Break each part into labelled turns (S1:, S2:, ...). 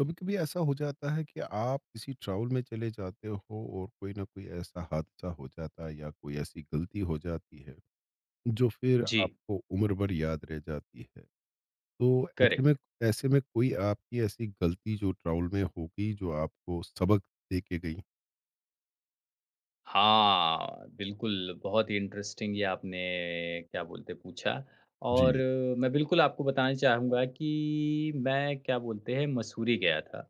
S1: कभी कभी ऐसा हो जाता है कि आप किसी ट्रैवल में चले जाते हो और कोई ना कोई ऐसा हादसा हो जाता है या कोई ऐसी गलती हो जाती है जो फिर
S2: जी,
S1: आपको उम्र भर याद रह जाती है तो ऐसे में
S2: करेक्ट।
S1: ऐसे में कोई आपकी ऐसी गलती जो ट्रैवल में हो गई जो आपको सबक दे के गई।
S2: हाँ, बिल्कुल, बहुत ही इंटरेस्टिंग ये आपने क्या बोलते हैं पूछा। और
S1: जी।
S2: मैं बिल्कुल आपको बताना चाहूँगा कि मैं क्या बोलते हैं मसूरी गया था।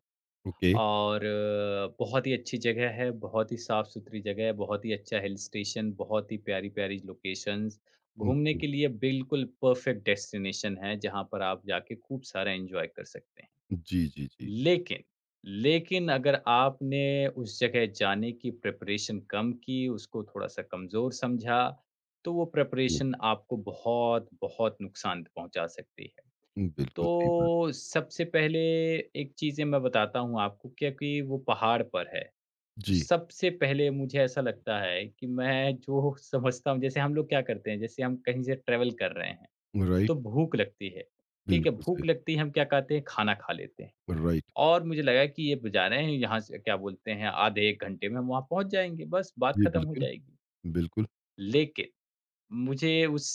S1: ओके।
S2: और बहुत ही अच्छी जगह है, बहुत ही साफ़-सुथरी जगह है, बहुत ही अच्छा हिल स्टेशन, बहुत ही प्यारी-प्यारी लोकेशंस, घूमने के लिए बिल्कुल परफ़ेक्ट डेस्टिनेशन है, जहाँ पर आप जाके खूब सारा एन्जॉय कर सकते हैं।
S1: जी जी जी जी।
S2: लेकिन, अगर आपने उस जगह जाने की प्रिपरेशन कम की, उसको थोड़ा-सा कमज़ोर समझा, तो वो प्रिपरेशन आपको बहुत, बहुत नुकसान पहुँचा सकती है।
S1: बिल्कुल सही बात है।
S2: तो सबसे पहले एक चीज़ें मैं बताता हूँ आपको क्योंकि वो पहाड़ पर है, तो
S1: जी।
S2: सबसे पहले मुझे ऐसा लगता है कि मैं जो समझता हूँ जैसे हम लोग क्या करते हैं, जैसे हम कहीं से ट्रैवल कर रहे हैं,
S1: राइट।
S2: तो भूख लगती है, ठीक है?
S1: बिल्कुल सही।
S2: भूख लगती है, हम क्या कहते हैं, खाना खा लेते हैं।
S1: राइट।
S2: और मुझे लगा कि ये बजाना है यहाँ से क्या बोलते हैं आधे 1 घंटे में हम वहाँ पहुँच जाएँगे, बस बात
S1: जी
S2: ख़त्म हो
S1: बिल्कुल।
S2: जाएगी।
S1: बिल्कुल।
S2: लेकिन मुझे उस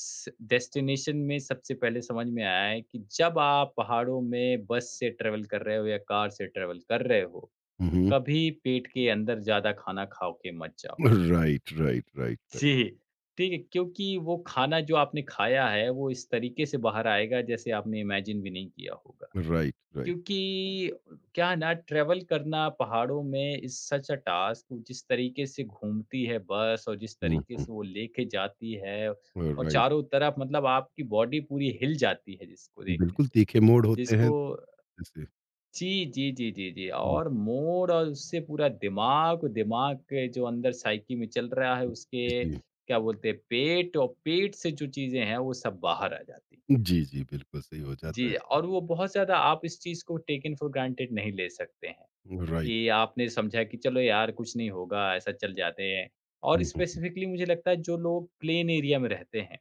S2: डेस्टिनेशन में सबसे पहले समझ में आया है कि जब आप पहाड़ों में बस से ट्रैवल कर रहे हो या कार से ट्रैवल कर रहे हो,
S1: हम्म,
S2: कभी पेट के अंदर ज़्यादा खाना खा के मत जाओ।
S1: Right right right right.
S2: जी, ठीक है? क्योंकि वो खाना जो आपने खाया है वो इस तरीके से बाहर आएगा जैसे आपने इमेजिन भी नहीं किया होगा।
S1: Right right.
S2: क्योंकि क्या है ना, ट्रैवल करना पहाड़ों में इज़ सच अ टास्क, जिस तरीके से घूमती है बस और जिस
S1: हुँ,
S2: तरीके
S1: हुँ।
S2: से वो लेके जाती है और
S1: राइट,
S2: चारों तरफ मतलब आपकी बॉडी पूरी हिल जाती है जिसको देखने
S1: बिल्कुल
S2: से।
S1: तीखे मोड़ होते हैं
S2: जिसको
S1: तो जैसे
S2: जी, जी, जी, जी, जी
S1: हुँ,
S2: और मोर। और उससे पूरा दिमाग, दिमाग के जो अंदर साइकी में चल रहा है उसके
S1: जी।
S2: क्या बोलते हैं पेट और पेट से जो चीज़ें हैं वो सब बाहर आ जाती हैं।
S1: जी, जी, बिल्कुल सही हो जाता है
S2: जी,
S1: ऐसा।
S2: और वो बहुत ज़्यादा आप इस चीज़ को टेकन फॉर ग्रांटेड नहीं ले सकते हैं।
S1: राइट।
S2: कि आपने समझा कि चलो यार कुछ नहीं होगा, ऐसा चल जाते हैं। और
S1: हुँ, हुँ, हुँ।
S2: स्पेसिफ़िकली मुझे लगता है जो लोग प्लेन एरिया में रहते हैं,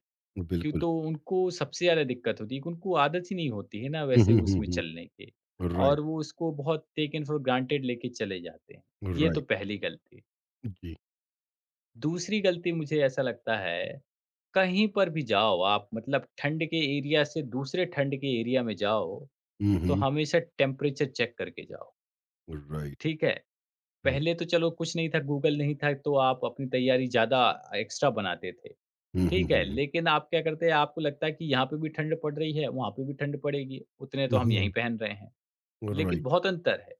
S2: क्यों
S1: बिल्कुल।
S2: तो उनको सबसे ज़्यादा दिक्कत होती है कि उनको आदत ही नहीं होती है ना
S1: हुँ,
S2: वैसे
S1: हुँ, हुँ,
S2: उसमें चलने की,
S1: हुँ। राइट,
S2: और वो उसको बहुत टेकन फॉर ग्रांटेड लेके चले जाते हैं। ये तो
S1: राइट।
S2: पहली गलती।
S1: जी।
S2: दूसरी गलती मुझे ऐसा लगता है, कहीं पर भी जाओ आप मतलब ठंड के एरिया से दूसरे ठंड के एरिया में जाओ,
S1: हुँ,
S2: तो
S1: हुँ।
S2: हमेशा टेम्परेचर चेक करके जाओ,
S1: राइट।
S2: ठीक है?
S1: हुँ,
S2: पहले तो चलो कुछ नहीं था, गूगल नहीं था, तो आप अपनी तैयारी ज़्यादा एक्स्ट्रा बनाते थे,
S1: हुँ, हुँ,
S2: ठीक है।
S1: हुँ, हुँ।
S2: लेकिन आप क्या करते हैं, आपको लगता है कि यहाँ पे भी ठंड पड़ रही है, वहाँ पे भी ठंड पड़ेगी, उतने तो
S1: हुँ,
S2: हम यहीं
S1: हुँ।
S2: पहन रहे हैं। लेकिन
S1: राइट।
S2: बहुत अंतर है,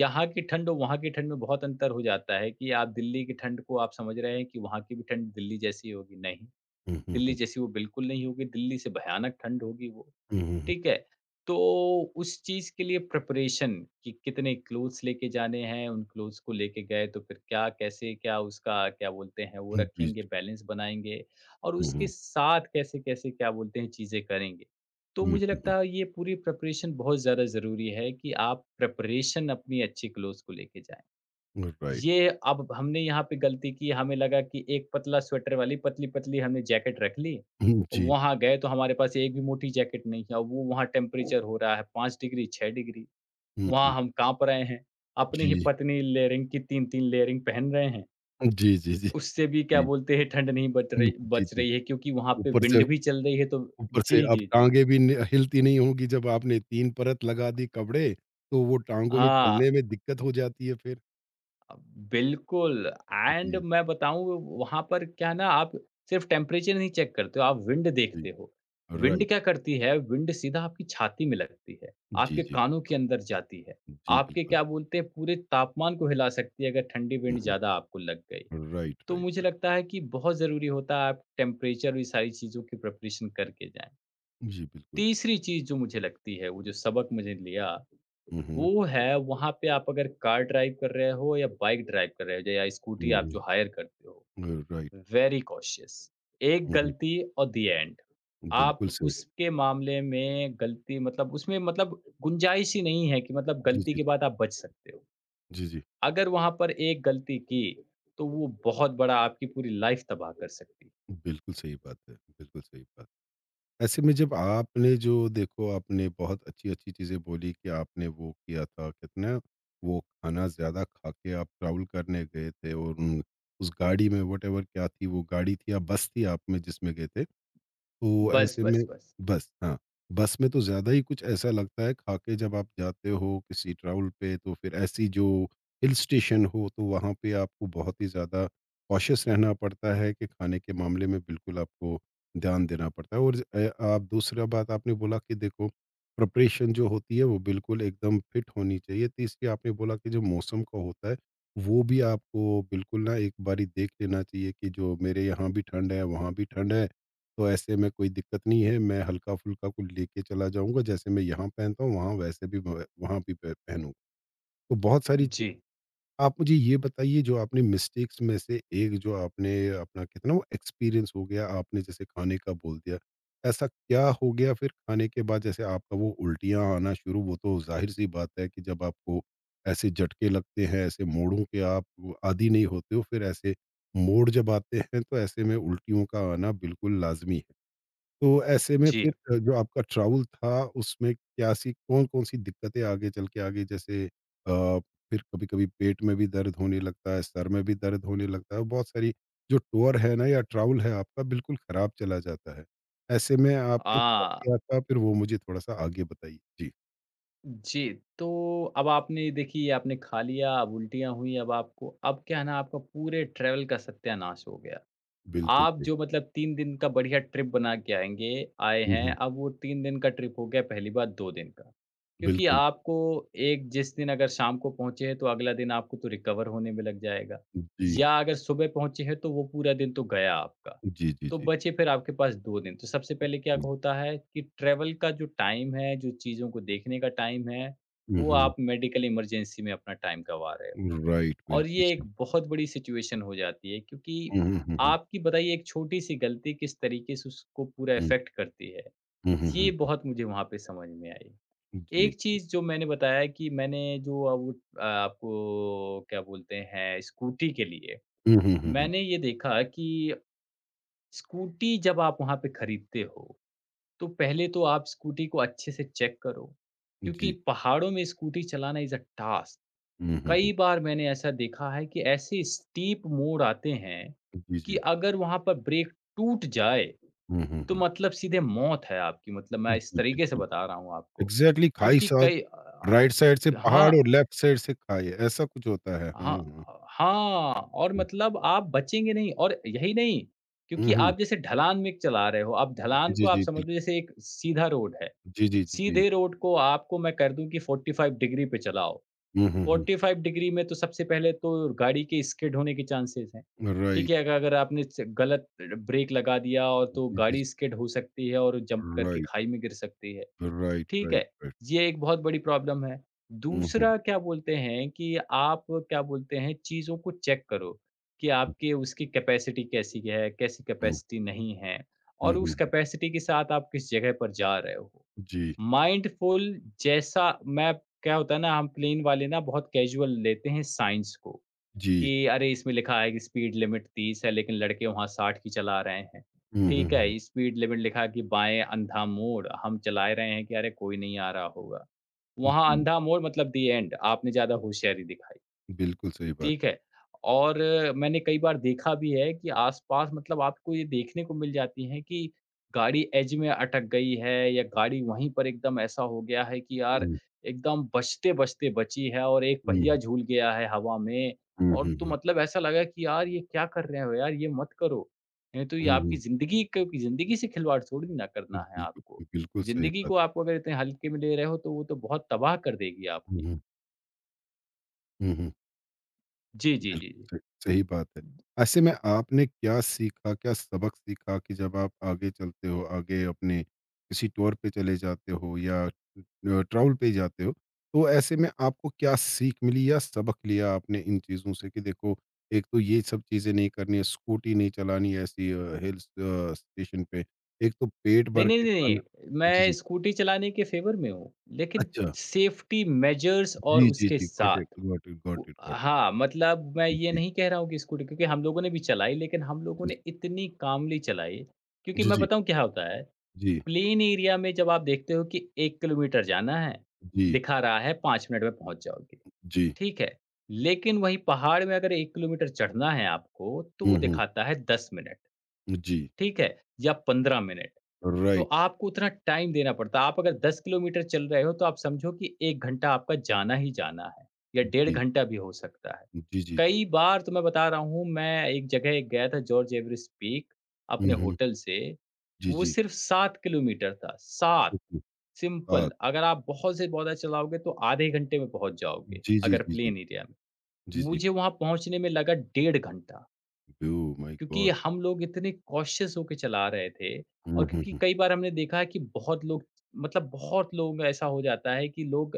S2: यहाँ की ठंड और वहाँ की ठंड में बहुत अंतर हो जाता है कि आप दिल्ली की ठंड को आप समझ रहे हैं कि वहाँ की भी ठंड दिल्ली जैसी होगी, नहीं,
S1: हुँ, हुँ,
S2: दिल्ली
S1: हुँ।
S2: जैसी वो बिल्कुल नहीं होगी, दिल्ली से भयानक ठंड होगी वो।
S1: हुँ, हुँ, हुँ।
S2: ठीक है? तो उस चीज़ के लिए प्रिपरेशन कि कितने क्लोथ्स लेके जाने हैं, उन क्लोथ्स को लेके गए तो फिर क्या, कैसे, क्या उसका क्या बोलते हैं वो
S1: हुँ, जी, जी।
S2: रखेंगे, बैलेंस बनाएँगे और
S1: हुँ,
S2: उसके
S1: हुँ।
S2: साथ कैसे-कैसे क्या बोलते हैं चीज़ें करेंगे। तो
S1: हुँ,
S2: मुझे
S1: हुँ,
S2: लगता है ये पूरी प्रिपरेशन बहुत ज़्यादा ज़रूरी है कि आप प्रिपरेशन अपनी अच्छी क्लोथ्स को लेके जाएँ।
S1: हुँ। राइट।
S2: ये अब हमने यहाँ पे गलती की, हमें लगा कि एक पतला स्वेटर वाली पतली-पतली हमने जैकेट रख ली।
S1: हुँ, जी।
S2: वहाँ गए तो हमारे पास एक भी मोटी जैकेट नहीं है और वो वहाँ टेम्परेचर हो रहा है 5 डिग्री, 6 डिग्री।
S1: हुँ,
S2: वहाँ
S1: हुँ।
S2: हम काँप रहे हैं। अपनी ही
S1: जी।
S2: पतनी लेयरिंग की 3-3 लेयरिंग पहन रहे हैं।
S1: जी, जी, जी,
S2: उससे भी क्या
S1: जी।
S2: बोलते हैं ठंड नहीं
S1: हुँ, जी,
S2: बच
S1: जी।
S2: रही है क्योंकि वहाँ पे
S1: ऊपर से
S2: विंड भी चल रही है, तो
S1: ऊपर से
S2: जी,
S1: अब
S2: जी, जी,
S1: टाँगे
S2: जी।
S1: भी न हिलती नहीं होंगी जब आपने 3 परत लगा दी कपड़े, तो वो टाँगों में चलने
S2: हाँ।
S1: में दिक्कत हो जाती है फिर।
S2: अ, बिल्कुल एंड
S1: जी,
S2: मैं बताऊँ वहाँ पर क्या ना आप सिर्फ टेम्परेचर नहीं चेक करते हो, आप विंड
S1: जी।
S2: देखते हो। Wind
S1: right.
S2: क्या करती है, विंड सीधा आपकी छाती में लगती है,
S1: जी,
S2: आपके
S1: जी,
S2: कानों के
S1: बिल्कुल।
S2: अंदर जाती है।
S1: जी,
S2: आपके
S1: बिल्कुल।
S2: क्या बोलते हैं पूरे तापमान को हिला सकती है अगर ठंडी
S1: हुँ,
S2: विंड
S1: हुँ।
S2: ज़्यादा आपको लग गई।
S1: राइट,
S2: तो
S1: राइट,
S2: मुझे
S1: राइट।
S2: लगता है कि बहुत ज़रूरी होता है आप टेम्परेचर और ये सारी चीज़ों की प्रिपरेशन करके जाएँ।
S1: जी, बिल्कुल।
S2: तीसरी चीज़ जो मुझे लगती है, वो जो सबक मुझे लिया,
S1: हुँ, हुँ।
S2: वो है वहाँ पे आप अगर कार ड्राइव कर रहे हो या बाइक ड्राइव कर रहे हो या स्कूटी आप
S1: हुँ,
S2: जो हायर करते हो,
S1: हुँ। राइट।
S2: Very cautious. एक
S1: हुँ, हुँ।
S2: गलती और द एंड। आप
S1: बिल्कुल सही।
S2: उसके मामले में गलती मतलब उसमें मतलब गुंजाइश ही नहीं है कि मतलब
S1: जी,
S2: गलती
S1: जी,
S2: के
S1: जी।
S2: बाद आप बच सकते हो।
S1: जी, जी।
S2: अगर वहाँ पर एक गलती की, तो वो बहुत बड़ा आपकी पूरी लाइफ़ तबाह कर सकती है।
S1: बिल्कुल सही बात है, बिल्कुल सही बात। ऐसे में जब आपने जो देखो आपने बहुत अच्छी-अच्छी चीज़ें बोली कि आपने वो किया था, कितना वो खाना ज़्यादा खा के आप ट्रैवल करने गए थे और उन उस गाड़ी में व्हाटएवर क्या थी, वो गाड़ी थी या बस थी आप में जिसमें गए थे? तो
S2: बस,
S1: ऐसे में
S2: बस, बस।
S1: बस हाँ, बस में तो ज़्यादा ही कुछ ऐसा लगता है खा के जब आप जाते हो किसी ट्रैवल पे तो फिर ऐसी जो हिल स्टेशन हो तो वहाँ पे आपको बहुत ही ज़्यादा कॉशियस रहना पड़ता है कि खाने के मामले में बिल्कुल आपको ध्यान देना पड़ता है और आप दूसरा बात आपने बोला कि देखो प्रिपरेशन जो होती है वो बिल्कुल एकदम फिट होनी चाहिए। तीसरी आपने बोला कि जो मौसम का होता है, वो भी आपको बिल्कुल ना एक बारी देख लेना चाहिए कि जो मेरे यहाँ भी ठंड है, वहाँ भी ठंड है। तो ऐसे में कोई दिक्कत नहीं है, मैं हल्का-फुल्का कुछ लेके चला जाऊँगा, जैसे मैं यहाँ पहनता हूँ, वहाँ वैसे भी व वहाँ भी प पहनूँ। तो बहुत सारी चीज़-
S2: जी,
S1: आप मुझे ये बताइए जो आपने मिस्टेक्स में से एक जो आपने अपना कहते हैं ना वो एक्सपीरियंस हो गया, आपने जैसे खाने का बोल दिया, ऐसा क्या हो गया फिर खाने के बाद जैसे आपका वो उल्टियाँ आना शुरू वो तो ज़ाहिर-सी बात है कि जब आपको ऐसे झटके लगते हैं, ऐसे मोड़ों के आप आदी नहीं होते हो, फिर ऐसे मोड़ जब आते हैं, तो ऐसे में उल्टियों का आना बिल्कुल लाज़मी है। तो ऐसे में फिर
S2: जी।
S1: जो आपका ट्रैवल था उसमें क्या-सी कौन-कौन सी दिक्कतें आगे चल के आ गई? जैसे फिर कभी-कभी पेट में भी दर्द होने लगता है, सर में भी दर्द होने लगता है, बहुत सारी जो टूर है ना या ट्रैवल है आपका बिल्कुल ख़राब चला जाता है। ऐसे में आपने क्या
S2: आ
S1: किया था फिर वो मुझे थोड़ा-सा आगे बताइए? जी,
S2: जी, तो अब आपने देखिए आपने खा लिया, अब उल्टियाँ हुई, अब आपको अब क्या है ना आपका पूरे ट्रैवल का सत्यानाश हो गया।
S1: बिल्कुल
S2: आप
S1: सही।
S2: जो मतलब 3 दिन का बढ़िया ट्रिप बना के आएँगे आए
S1: हुँ,
S2: हैं,
S1: हुँ।
S2: अब वो 3 दिन का ट्रिप हो गया पहली बात 2 दिन का। क्योंकि
S1: बिल्कुल।
S2: आपको एक जिस दिन अगर शाम को पहुँचे हैं, तो अगला दिन आपको तो रिकवर होने में लग जाएगा।
S1: जी।
S2: या अगर सुबह पहुँचे हैं, तो वो पूरा दिन तो गया आपका।
S1: जी, जी,
S2: तो
S1: जी,
S2: बचे फिर आपके पास 2 दिन। तो सबसे पहले क्या
S1: जी।
S2: होता है कि ट्रैवल का जो टाइम है, जो चीज़ों को देखने का टाइम है,
S1: हुँ,
S2: वो
S1: हुँ।
S2: आप मेडिकल इमरजेंसी में अपना टाइम गँवा रहे हो।
S1: राइट,
S2: और
S1: बिल्कुल
S2: ये एक
S1: सही।
S2: बहुत बड़ी सिचुएशन हो जाती है क्योंकि
S1: हुँ, हुँ, हुँ, हुँ।
S2: आपकी बताइए एक छोटी-सी गलती किस तरीके से उसको पूरा
S1: हुँ।
S2: इफ़ेक्ट करती है।
S1: हुँ, हुँ,
S2: ये
S1: हुँ।
S2: बहुत मुझे वहाँ पे समझ में आई।
S1: जी,
S2: एक
S1: जी।
S2: चीज़ जो मैंने बताया कि मैंने जो आपको क्या बोलते हैं स्कूटी के लिए,
S1: हुँ, हुँ, हुँ, हुँ।
S2: मैंने ये देखा कि स्कूटी जब आप वहाँ पे खरीदते हो, तो पहले तो आप स्कूटी को अच्छे से चेक करो, क्योंकि
S1: जी।
S2: पहाड़ों में स्कूटी चलाना इज़ अ टास्क।
S1: हुँ, हुँ, हुँ।
S2: कई बार मैंने ऐसा देखा है कि ऐसे स्टीप मोड़ आते हैं
S1: जी,
S2: कि
S1: जी।
S2: अगर वहाँ पर ब्रेक टूट जाए
S1: हुँ, हुँ,
S2: तो
S1: हुँ।
S2: मतलब सीधे मौत है आपकी, मतलब मैं इस
S1: जी,
S2: तरीके से
S1: बिल्कुल।
S2: बता रहा हूँ आपको
S1: एग्ज़ैक्टली खाई
S2: क्योंकि
S1: साथ राइट साइड से पहाड़
S2: हाँ
S1: और लेफ्ट साइड से खाई, ऐसा कुछ होता है।
S2: हाँ
S1: हाँ, हाँ।
S2: हाँ और मतलब आप बचेंगे नहीं और यही नहीं
S1: हुँ,
S2: क्योंकि
S1: हुँ।
S2: आप जैसे ढलान में चला रहे हो आप
S1: जी,
S2: ढलान
S1: जी,
S2: को आप
S1: जी,
S2: समझ लो
S1: बिल्कुल।
S2: जैसे एक सीधा रोड है,
S1: जी, जी, जी, जी।
S2: सीधे रोड को आपको मैं कर दूं कि 45 डिग्री पे चलाओ,
S1: हुँ, हुँ, हुँ।
S2: 45 डिग्री में तो सबसे पहले तो गाड़ी के स्किड होने के चांसेस हैं। ठीक
S1: राइट।
S2: है, अग अगर आपने च गलत ब्रेक लगा दिया और तो
S1: जी, जी,
S2: गाड़ी
S1: जी।
S2: स्किड हो सकती है और जंप करके
S1: राइट,
S2: खाई में गिर सकती है।
S1: राइट,
S2: ठीक
S1: राइट,
S2: है,
S1: राइट।
S2: ये एक बहुत बड़ी प्रॉब्लम है।
S1: हुँ, हुँ,
S2: दूसरा क्या बोलते हैं कि आप क्या बोलते हैं चीज़ों को चेक करो कि आपके उसकी कैपेसिटी कैसी है, कैसी
S1: हुँ,
S2: कैपेसिटी नहीं है,
S1: हुँ,
S2: और
S1: हुँ,
S2: उस
S1: हुँ।
S2: कैपेसिटी के साथ आप किस जगह पर जा रहे हो।
S1: जी,
S2: माइंडफुल जैसा मैं क्या होता है ना हम प्लेन वाले ना बहुत कैजुअल लेते हैं साइंस को
S1: जी।
S2: कि अरे इसमें लिखा है कि स्पीड लिमिट 30 है लेकिन लड़के वहाँ 60 की चला रहे हैं।
S1: हुँ, हुँ,
S2: ठीक
S1: हुँ।
S2: है, स्पीड लिमिट लिखा है कि बाएं अंधा मोड़ हम चला रहे हैं कि अरे कोई नहीं आ रहा होगा, वहाँ
S1: जी,
S2: अंधा मोड़ मतलब दी एंड, आपने ज्यादा होशियारी दिखाई,
S1: बिल्कुल सही बात।
S2: ठीक है। और मैंने कई बार देखा भी है कि आस-पास मतलब आपको ये देखने को मिल जाती हैं कि गाड़ी एज में अटक गई है या गाड़ी वहीं पर एकदम ऐसा हो गया है कि यार
S1: हुँ,
S2: एकदम बचते-बचते बची है और एक
S1: हुँ,
S2: पहिया झूल गया है हवा में,
S1: हुँ,
S2: और
S1: हुँ,
S2: तो
S1: हुँ,
S2: मतलब ऐसा लगा कि यार ये क्या कर रहे हो यार, ये मत करो। नहीं तो ये
S1: हुँ,
S2: आपकी
S1: हुँ।
S2: ज़िंदगी से खिलवाड़ थोड़ी ना करना है
S1: बिल्कुल,
S2: आपको।
S1: बिल्कुल सही
S2: ज़िंदगी
S1: बात।
S2: को आप अगर इतने हल्के में ले रहे हो तो वो तो बहुत तबाह कर देगी
S1: हुँ,
S2: आपकी।
S1: हुँ, हुँ, हुँ।
S2: जी, जी, जी,
S1: बिल्कुल, सही सही बात है।
S2: जी।
S1: ऐसे में आपने क्या सीखा, क्या सबक सीखा कि जब आप आगे चलते हो, आगे अपने किसी टूर पे चले जाते हो या ट्रैवल पे जाते हो, तो ऐसे में आपको क्या सीख मिली या सबक लिया आपने इन चीज़ों से कि देखो, एक तो ये सब चीज़ें नहीं करनी है, स्कूटी नहीं चलानी है ऐसी हिल स्टेशन पे, एक तो पेट
S2: नहीं,
S1: भर
S2: नहीं,
S1: के
S2: नहीं,
S1: खाना
S2: नहीं,
S1: जी,
S2: मैं
S1: जी।
S2: स्कूटी चलाने के फ़ेवर में हूँ, लेकिन
S1: अच्छा,
S2: सेफ्टी मेजर्स और
S1: जी, जी,
S2: उसके
S1: जी, गॉट इट,
S2: साथ।
S1: Got it,
S2: uh
S1: got it, got it.
S2: हाँ, मतलब मैं ये
S1: जी,
S2: नहीं कह रहा हूँ कि स्कूटी क्योंकि हम लोगों ने भी चलाई, लेकिन हम लोगों ने इतनी कामली चलाई, क्योंकि
S1: जी, जी,
S2: मैं
S1: जी,
S2: बताऊँ क्या होता है,
S1: जी,
S2: प्लेन एरिया में जब आप देखते हो कि 1 किलोमीटर जाना है,
S1: जी,
S2: दिखा रहा है 5 मिनट में पहुँच जाओगे,
S1: जी,
S2: ठीक है। लेकिन वहीं पहाड़ में अगर 1 किलोमीटर चढ़ना है आपको, तो
S1: हुँ,
S2: वो
S1: हुँ।
S2: दिखाता है 10 मिनट,
S1: जी,
S2: ठीक है, या 15 मिनट। तो
S1: राइट।
S2: आपको उतना टाइम देना पड़ता है। आप अगर 10 किलोमीटर चल रहे हो तो आप समझो कि 1 घंटा आपका जाना ही जाना है या डेढ़
S1: जी।
S2: घंटा भी हो सकता है।
S1: जी, जी, जी।
S2: कई बार तो मैं बता रहा हूँ, मैं एक जगह गया था जॉर्ज एवरेस्ट पीक,
S1: हुँ,
S2: अपने
S1: हुँ।
S2: होटल से
S1: जी,
S2: वो
S1: जी।
S2: सिर्फ़ 7 किलोमीटर था, 7
S1: ओके। हाँ।
S2: सिंपल, अगर आप बहुत से ज़्यादा चलाओगे तो आधे घंटे में पहुँच जाओगे,
S1: जी, जी,
S2: अगर
S1: जी, जी।
S2: प्लेन एरिया में।
S1: जी, जी।
S2: मुझे वहाँ पहुँचने में लगा डेढ़ घंटा।
S1: ओह माय
S2: क्योंकि
S1: गॉड!
S2: हम लोग इतने कॉशियस होके चला रहे थे, और
S1: हुँ, हुँ,
S2: क्योंकि
S1: हुँ।
S2: कई बार हमने देखा है कि बहुत लोग मतलब बहुत लोग ऐसा हो जाता है कि लोग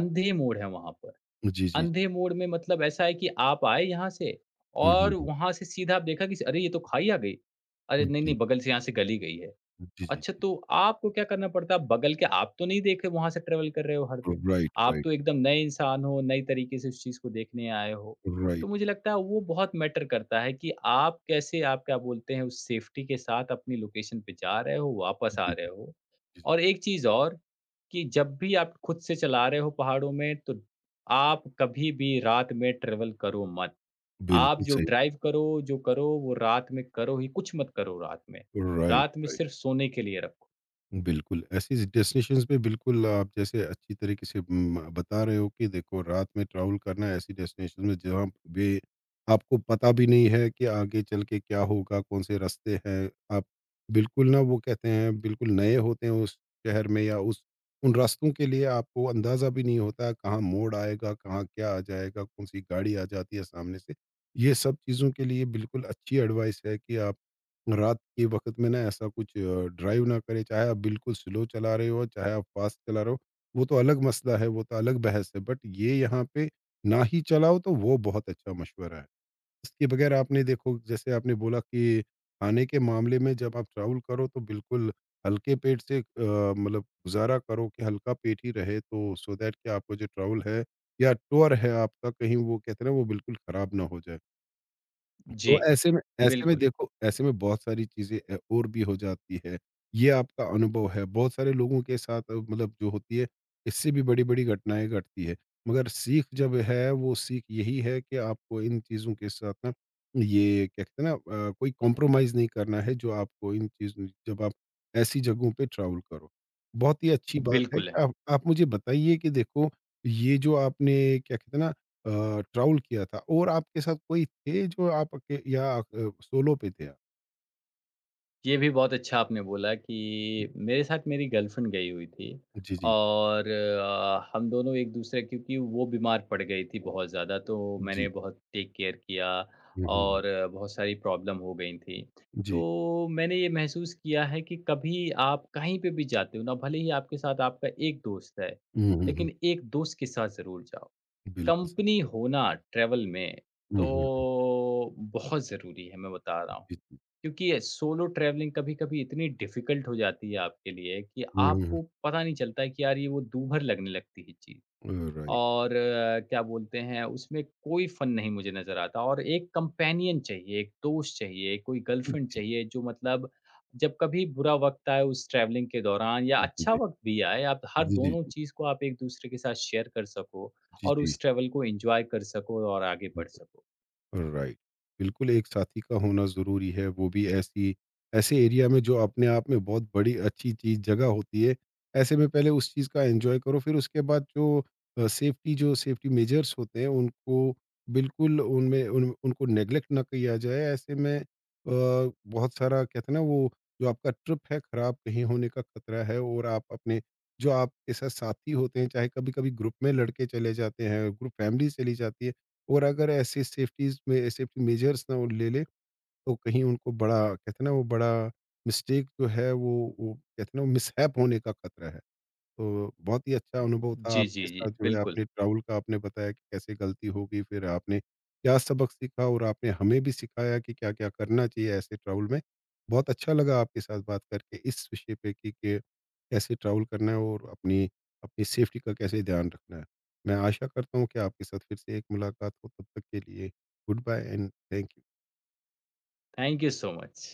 S2: अंधे मोड़ है वहाँ पर।
S1: जी, जी, जी।
S2: अंधे मोड़ में मतलब ऐसा है कि आप आए यहाँ से
S1: हुँ,
S2: और
S1: हुँ, हुँ।
S2: वहाँ से सीधा आप देखा कि अरे! ये तो खाई आ गई। अरे! नहीं,
S1: जी।
S2: नहीं बगल से यहाँ से गली गई है।
S1: जी, जी,
S2: अच्छा,
S1: जी।
S2: तो आपको क्या करना पड़ता है? बगल के आप तो नहीं देखे, वहाँ से ट्रैवल कर रहे हो हर दिन।
S1: राइट,
S2: आप तो
S1: राइट,
S2: एकदम नए इंसान हो, नई तरीके से उस चीज़ को देखने आए हो।
S1: राइट।
S2: तो मुझे लगता है वो बहुत मैटर करता है कि आप कैसे आप क्या बोलते हैं उस सेफ्टी के साथ अपनी लोकेशन पे जा रहे हो, वापस आ
S1: जी,
S2: रहे
S1: जी,
S2: हो।
S1: जी, जी।
S2: और एक चीज़ और, कि जब भी आप खुद से चला रहे हो पहाड़ों में तो आप कभी भी रात में ट्रैवल करो मत। आप
S1: बिल्कुल
S2: जो
S1: सही।
S2: ड्राइव करो, जो करो वो रात में करो ही, कुछ मत करो रात में।
S1: राइट,
S2: रात में
S1: राइट।
S2: सिर्फ़ सोने के लिए रखो।
S1: बिल्कुल, ऐसी डेस्टिनेशंस पे बिल्कुल आप जैसे अच्छी तरीके से बता रहे हो कि देखो रात में ट्रैवल करना है ऐसी डेस्टिनेशन में जहाँ पे आपको पता भी नहीं है कि आगे चल के क्या होगा, कौन से रास्ते हैं। आप बिल्कुल ना वो कहते हैं बिल्कुल नए होते हैं उस शहर में या उस उन रास्तों के लिए आपको अंदाज़ा भी नहीं होता है, कहाँ मोड़ आएगा, कहाँ क्या आ जाएगा, कौन-सी गाड़ी आ जाती है सामने से। ये सब चीज़ों के लिए बिल्कुल अच्छी एडवाइस है कि आप रात के वक़्त में ना ऐसा कुछ ड्राइव ना करें, चाहे आप बिल्कुल स्लो चला रहे हो, चाहे आप फ़ास्ट चला रहे हो, वो तो अलग मसला है, वो तो अलग बहस है। बट ये यहाँ पे ना ही चलाओ तो वो बहुत अच्छा मशवरा है। इसके बगैर आपने देखो जैसे आपने बोला कि खाने के मामले में जब आप ट्रैवल करो तो बिल्कुल हल्के पेट से मतलब गुज़ारा करो कि हल्का पेट ही रहे तो सो दैट कि आपको जो ट्रैवल है या टूर है आपका कहीं वो कहते हैं ना वो बिल्कुल ख़राब ना हो जाए।
S2: जी,
S1: तो ऐसे में
S2: बिल्कुल,
S1: देखो ऐसे में बहुत सारी चीज़ें और भी हो जाती है। ये आपका अनुभव है। बहुत सारे लोगों के साथ मतलब जो होती है, इससे भी बड़ी-बड़ी घटनाएँ घटती है। मगर सीख जब है, वो सीख यही है कि आपको इन चीज़ों के साथ ना ये क्या कहते हैं ना कोई कॉम्प्रोमाइज़ नहीं करना है जो आपको इन चीज़ों जब आप ऐसी जगहों पे ट्रैवल करो। बहुत ही अच्छी बात है।
S2: बिल्कुल है।
S1: आप मुझे बताइए कि देखो ये जो आपने क्या कहते हैं ना अ, ट्रैवल किया था और आपके साथ कोई थे जो आपके या सोलो पे थे आप?
S2: ये भी बहुत अच्छा आपने बोला कि मेरे साथ मेरी गर्लफ्रेंड गई हुई थी।
S1: जी, जी।
S2: और हम दोनों एक-दूसरे क्योंकि वो बीमार पड़ गई थी बहुत ज़्यादा, तो
S1: जी।
S2: मैंने बहुत टेक केयर किया।
S1: हुँ, हुँ, हुँ।
S2: और बहुत सारी प्रॉब्लम हो गई थी।
S1: जी।
S2: तो मैंने ये महसूस किया है कि कभी आप कहीं पे भी जाते हो ना, भले ही आपके साथ आपका एक दोस्त है,
S1: हुँ, हुँ, हुँ।
S2: लेकिन एक दोस्त के साथ ज़रूर जाओ।
S1: बिल्कुल सही
S2: कंपनी
S1: बात।
S2: होना ट्रैवल में तो
S1: हुँ, हुँ, हुँ।
S2: बहुत ज़रूरी है, मैं बता रहा हूँ।
S1: जी,
S2: क्योंकि ये सोलो ट्रैवलिंग कभी-कभी इतनी डिफ़िकल्ट हो जाती है आपके लिए कि
S1: हुँ, हुँ,
S2: आपको पता नहीं चलता है कि यार ये वो दूभर लगने लगती है चीज़।
S1: हुँ। राइट।
S2: और क्या बोलते हैं, उसमें कोई फ़न नहीं मुझे नज़र आता और एक कंपेनियन चाहिए, एक दोस्त चाहिए, कोई गर्लफ्रेंड चाहिए जो मतलब जब कभी बुरा वक़्त आए उस ट्रैवलिंग के दौरान या
S1: जी, जी,
S2: अच्छा
S1: जी।
S2: वक़्त भी आए, आप हर
S1: जी, जी,
S2: दोनों
S1: जी।
S2: चीज़ को आप एक-दूसरे के साथ शेयर कर सको
S1: जी,
S2: और
S1: जी।
S2: उस ट्रैवल को एन्जॉय कर सको और आगे
S1: जी,
S2: बढ़ सको।
S1: राइट बिल्कुल एक साथी का होना ज़रूरी है वो भी ऐसी ऐसे एरिया में जो अपने आप में बहुत बड़ी अच्छी चीज़ जगह होती है ऐसे में पहले उस चीज़ का एंजॉय करो फिर उसके बाद जो सेफ्टी मेजर्स होते हैं उनको बिल्कुल उनमें उनको नेग्लेक्ट ना किया जाए ऐसे में बहुत सारा कहते हैं ना वो जो आपका ट्रिप है ख़राब कहीं होने का खतरा है और आप अपने जो आपके साथ साथी होते हैं चाहे कभी कभी ग्रुप में लड़के चले जाते हैं ग्रुप फैमिली चली जाती है और अगर ऐसे सेफ्टीज़ में सेफ्टी मेजर्स ना वो ले ले, तो कहीं उनको बड़ा कहते हैं ना वो बड़ा मिस्टेक जो है वो कहते हैं ना वो मिसहैप होने का खतरा है। तो बहुत ही अच्छा अनुभव था
S2: जी,
S1: आपके
S2: जी, जी।
S1: साथ जो है
S2: बिल्कुल।
S1: आपने ट्रैवल का आपने बताया कि कैसे गलती हो गई, फिर आपने क्या सबक सीखा और आपने हमें भी सिखाया कि क्या-क्या करना चाहिए ऐसे ट्रैवल में। बहुत अच्छा लगा आपके साथ बात करके इस विषय पे कि के कैसे ट्रैवल करना है और अपनी अपनी सेफ्टी का कैसे ध्यान रखना है। मैं आशा करता हूँ कि आपके साथ फिर से एक मुलाकात हो, तब तक के लिए good bye and thank you.
S2: Thank you so much.